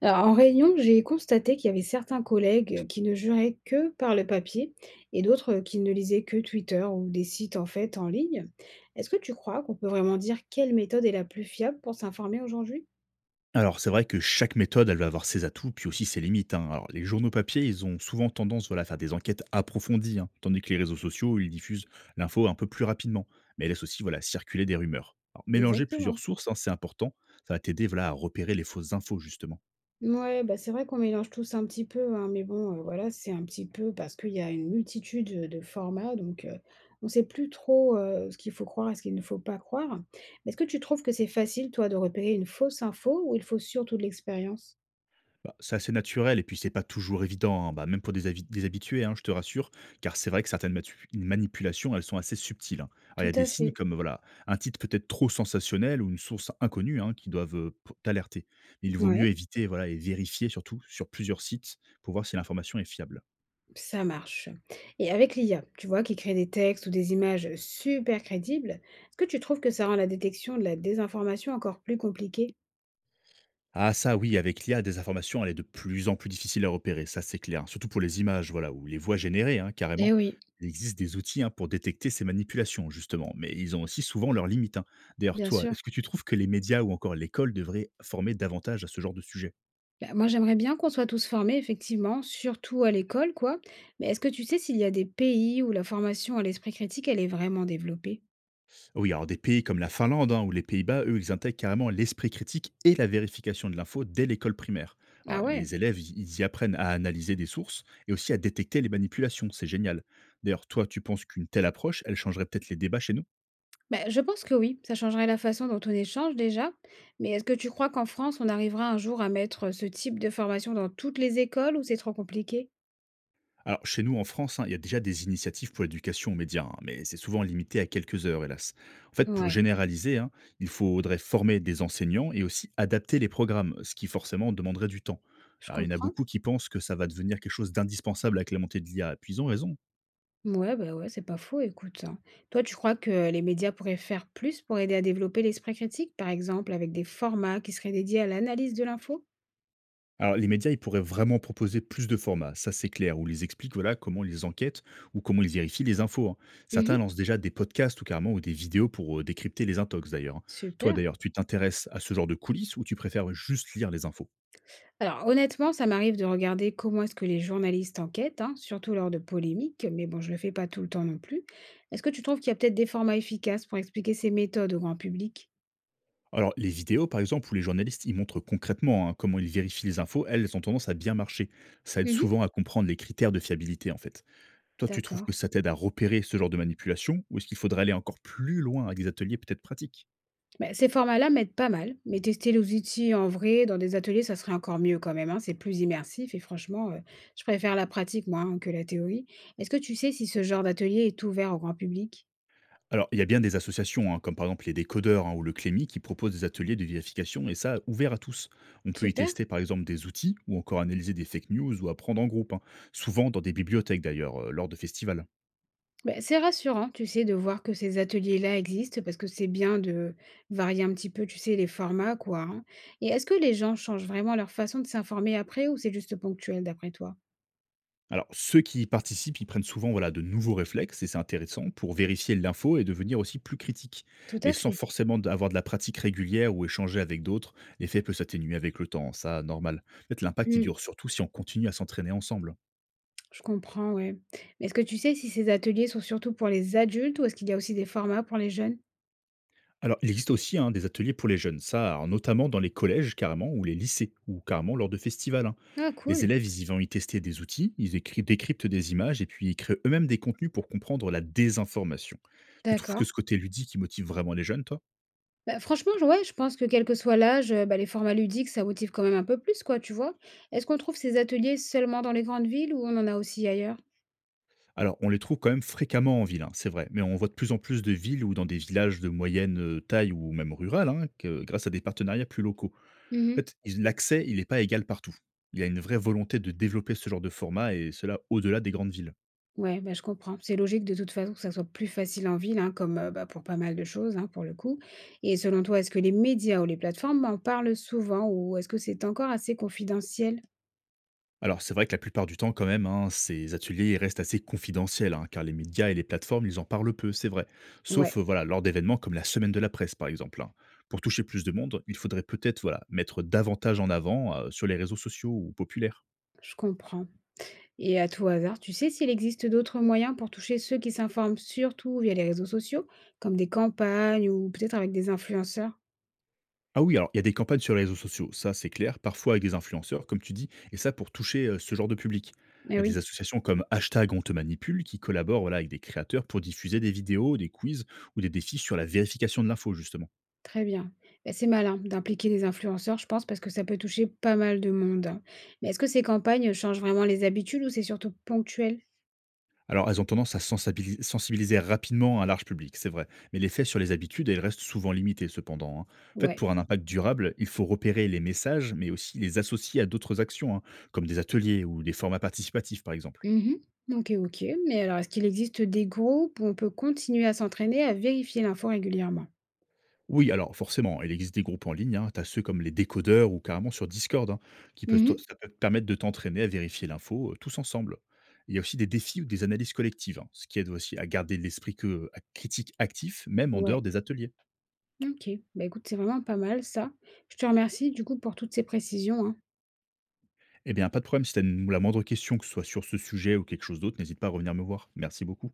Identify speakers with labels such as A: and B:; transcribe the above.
A: Alors, en réunion, j'ai constaté qu'il y avait certains collègues qui ne juraient que par le papier et d'autres qui ne lisaient que Twitter ou des sites en fait en ligne. Est-ce que tu crois qu'on peut vraiment dire quelle méthode est la plus fiable pour s'informer aujourd'hui?
B: Alors, c'est vrai que chaque méthode, elle va avoir ses atouts, puis aussi ses limites, hein. Alors, les journaux papier, ils ont souvent tendance, voilà, à faire des enquêtes approfondies, hein, tandis que les réseaux sociaux, ils diffusent l'info un peu plus rapidement, mais laissent aussi, voilà, circuler des rumeurs. Alors, mélanger plusieurs
A: Exactement.
B: sources, hein, c'est important, ça va t'aider, voilà, à repérer les fausses infos, justement.
A: Ouais, bah c'est vrai qu'on mélange tous un petit peu, hein, mais bon, voilà, c'est un petit peu parce qu'il y a une multitude de formats, donc, on ne sait plus trop ce qu'il faut croire et ce qu'il ne faut pas croire. Mais est-ce que tu trouves que c'est facile, toi, de repérer une fausse info ou il faut surtout de l'expérience?
B: Bah, c'est assez naturel et puis c'est pas toujours évident, hein, bah, même pour des, des habitués, hein, je te rassure, car c'est vrai que certaines manipulations, elles sont assez subtiles, hein. Alors, il y
A: Tout
B: a des
A: à
B: signes
A: fait.
B: comme, voilà, un titre peut-être trop sensationnel ou une source inconnue, hein, qui doivent t'alerter. Il vaut mieux
A: Ouais,
B: éviter, voilà, et vérifier surtout sur plusieurs sites pour voir si l'information est fiable.
A: ça marche. Et avec l'IA, tu vois, qui crée des textes ou des images super crédibles, est-ce que tu trouves que ça rend la détection de la désinformation encore plus compliquée?
B: Ah ça oui, avec l'I a des informations, elle est de plus en plus difficile à repérer, ça c'est clair, hein. Surtout pour les images, voilà, ou les voix générées, hein, carrément.
A: Eh oui,
B: Il existe des outils, hein, pour détecter ces manipulations, justement, mais ils ont aussi souvent leurs limites, hein. D'ailleurs,
A: bien
B: toi,
A: sûr.
B: est-ce que tu trouves que les médias ou encore l'école devraient former davantage à ce genre de sujet?
A: Bah, moi, j'aimerais bien qu'on soit tous formés, effectivement, surtout à l'école, quoi. Mais est-ce que tu sais s'il y a des pays où la formation à l'esprit critique, elle est vraiment développée?
B: Oui, alors des pays comme la Finlande, hein, ou les Pays-Bas, eux, ils intègrent carrément l'esprit critique et la vérification de l'info dès l'école primaire. Alors,
A: Ah ouais?
B: les élèves, ils y apprennent à analyser des sources et aussi à détecter les manipulations. C'est génial. D'ailleurs, toi, tu penses qu'une telle approche, elle changerait peut-être les débats chez nous?
A: Bah, je pense que oui, ça changerait la façon dont on échange déjà. Mais est-ce que tu crois qu'en France, on arrivera un jour à mettre ce type de formation dans toutes les écoles ou c'est trop compliqué?
B: Alors, chez nous en France, hein, il y a déjà des initiatives pour l'éducation aux médias, hein, mais c'est souvent limité à quelques heures, hélas. En fait, pour
A: Ouais.
B: généraliser, hein, il faudrait former des enseignants et aussi adapter les programmes, ce qui forcément demanderait du temps.
A: Je
B: Alors, il y en a
A: comprends.
B: beaucoup qui pensent que ça va devenir quelque chose d'indispensable avec la montée de l'IA, puis ils ont raison.
A: Ouais, bah, ouais, c'est pas faux, écoute. Hein. Toi, tu crois que les médias pourraient faire plus pour aider à développer l'esprit critique, par exemple, avec des formats qui seraient dédiés à l'analyse de l'info?
B: Alors, les médias, ils pourraient vraiment proposer plus de formats, ça c'est clair, où ils expliquent, voilà, comment ils enquêtent ou comment ils vérifient les infos, hein. Certains
A: Mhm.
B: lancent déjà des podcasts ou carrément ou des vidéos pour décrypter les intox d'ailleurs, hein. Toi
A: Super.
B: d'ailleurs, tu t'intéresses à ce genre de coulisses ou tu préfères juste lire les infos?
A: Alors, honnêtement, ça m'arrive de regarder comment est-ce que les journalistes enquêtent, hein, surtout lors de polémiques, mais bon, je le fais pas tout le temps non plus. Est-ce que tu trouves qu'il y a peut-être des formats efficaces pour expliquer ces méthodes au grand public?
B: Alors, les vidéos par exemple, où les journalistes ils montrent concrètement, hein, comment ils vérifient les infos, elles ont tendance à bien marcher. Ça aide
A: Mhm.
B: souvent à comprendre les critères de fiabilité, en fait. Toi, tu trouves
A: D'accord.
B: que ça t'aide à repérer ce genre de manipulation ou est-ce qu'il faudrait aller encore plus loin avec des ateliers peut-être pratiques?
A: Beh, ces formats-là m'aident pas mal, mais tester les outils en vrai dans des ateliers, ça serait encore mieux quand même, hein, c'est plus immersif et franchement, je préfère la pratique moi, hein, que la théorie. Est-ce que tu sais si ce genre d'atelier est ouvert au grand public?
B: Alors, il y a bien des associations, hein, comme par exemple les décodeurs, hein, ou le Clémy, qui proposent des ateliers de vérification, et ça, ouvert à tous. On peut y
A: Super.
B: tester par exemple des outils, ou encore analyser des fake news, ou apprendre en groupe, hein, souvent dans des bibliothèques d'ailleurs, lors de festivals.
A: Beh, c'est rassurant, tu sais, de voir que ces ateliers-là existent parce que c'est bien de varier un petit peu, tu sais, les formats quoi, hein. Et est-ce que les gens changent vraiment leur façon de s'informer après ou c'est juste ponctuel d'après toi?
B: Alors, ceux qui y participent, ils prennent souvent, voilà, de nouveaux réflexes, et c'est intéressant, pour vérifier l'info et devenir aussi plus critique.
A: Tout
B: Mais
A: à
B: sans
A: fait.
B: forcément avoir de la pratique régulière ou échanger avec d'autres, l'effet peut s'atténuer avec le temps, ça, normal. Peut-être l'impact, il
A: Mmh.
B: dure surtout si on continue à s'entraîner ensemble.
A: Je comprends, ouais. Mais est-ce que tu sais si ces ateliers sont surtout pour les adultes ou est-ce qu'il y a aussi des formats pour les jeunes?
B: Alors, il existe aussi, hein, des ateliers pour les jeunes, ça, alors, notamment dans les collèges carrément, ou les lycées, ou carrément lors de festivals, hein.
A: Ah,
B: Les
A: cool,
B: élèves, ils y vont y tester des outils, ils décryptent des images, et puis ils créent eux-mêmes des contenus pour comprendre la désinformation. Tu trouves que
A: d'accord.
B: ce côté ludique, qui motive vraiment les jeunes, toi?
A: Bah, franchement, ouais, je pense que quel que soit l'âge, bah, les formats ludiques, ça motive quand même un peu plus, quoi, tu vois. Est-ce qu'on trouve ces ateliers seulement dans les grandes villes ou on en a aussi ailleurs?
B: Alors, on les trouve quand même fréquemment en ville, hein, c'est vrai, mais on voit de plus en plus de villes ou dans des villages de moyenne taille ou même rurales, hein, grâce à des partenariats plus locaux. En
A: Mhm.
B: fait, l'accès, il n'est pas égal partout. Il y a une vraie volonté de développer ce genre de format, et cela au-delà des grandes villes.
A: Ouais, bah, je comprends. C'est logique de toute façon que ça soit plus facile en ville, hein, comme bah, pour pas mal de choses, hein, pour le coup. Et selon toi, est-ce que les médias ou les plateformes en parlent souvent ou est-ce que c'est encore assez confidentiel?
B: Alors, c'est vrai que la plupart du temps, quand même, hein, ces ateliers ils restent assez confidentiels, hein, car les médias et les plateformes, ils en parlent peu, c'est vrai. Sauf
A: Ouais,
B: voilà, lors d'événements comme la semaine de la presse, par exemple, hein. Pour toucher plus de monde, il faudrait peut-être, voilà, mettre davantage en avant sur les réseaux sociaux ou populaires.
A: je comprends. Et à tout hasard, tu sais s'il existe d'autres moyens pour toucher ceux qui s'informent surtout via les réseaux sociaux, comme des campagnes ou peut-être avec des influenceurs?
B: Ah oui, alors il y a des campagnes sur les réseaux sociaux, ça c'est clair, parfois avec des influenceurs, comme tu dis, et ça pour toucher ce genre de public.
A: Mais
B: Il y a des
A: oui,
B: associations comme Hashtag On Te Manipule qui collaborent, voilà, avec des créateurs pour diffuser des vidéos, des quiz ou des défis sur la vérification de l'info, justement.
A: très bien. Ben, c'est malin d'impliquer des influenceurs, je pense, parce que ça peut toucher pas mal de monde. Hein. Mais est-ce que ces campagnes changent vraiment les habitudes ou c'est surtout ponctuel?
B: Alors, elles ont tendance à sensibiliser rapidement un large public, c'est vrai. Mais l'effet sur les habitudes, elles restent souvent limitées cependant, hein. En fait,
A: Ouais.
B: pour un impact durable, il faut repérer les messages, mais aussi les associer à d'autres actions, hein, comme des ateliers ou des formats participatifs, par exemple.
A: Mhm. Ok, ok. Mais alors, est-ce qu'il existe des groupes où on peut continuer à s'entraîner à vérifier l'info régulièrement?
B: Oui, alors forcément, il existe des groupes en ligne, hein, t'as ceux comme les décodeurs ou carrément sur Discord, hein, qui
A: Mhm.
B: ça peut te permettre de t'entraîner à vérifier l'info, tous ensemble. Il y a aussi des défis ou des analyses collectives, hein, ce qui aide aussi à garder l'esprit à critique actif, même en dehors
A: Ouais.
B: des ateliers.
A: Ok. Bah écoute, c'est vraiment pas mal ça. Je te remercie du coup pour toutes ces précisions, hein.
B: Eh bien, pas de problème. Si tu as la moindre question, que ce soit sur ce sujet ou quelque chose d'autre, n'hésite pas à revenir me voir. Merci beaucoup.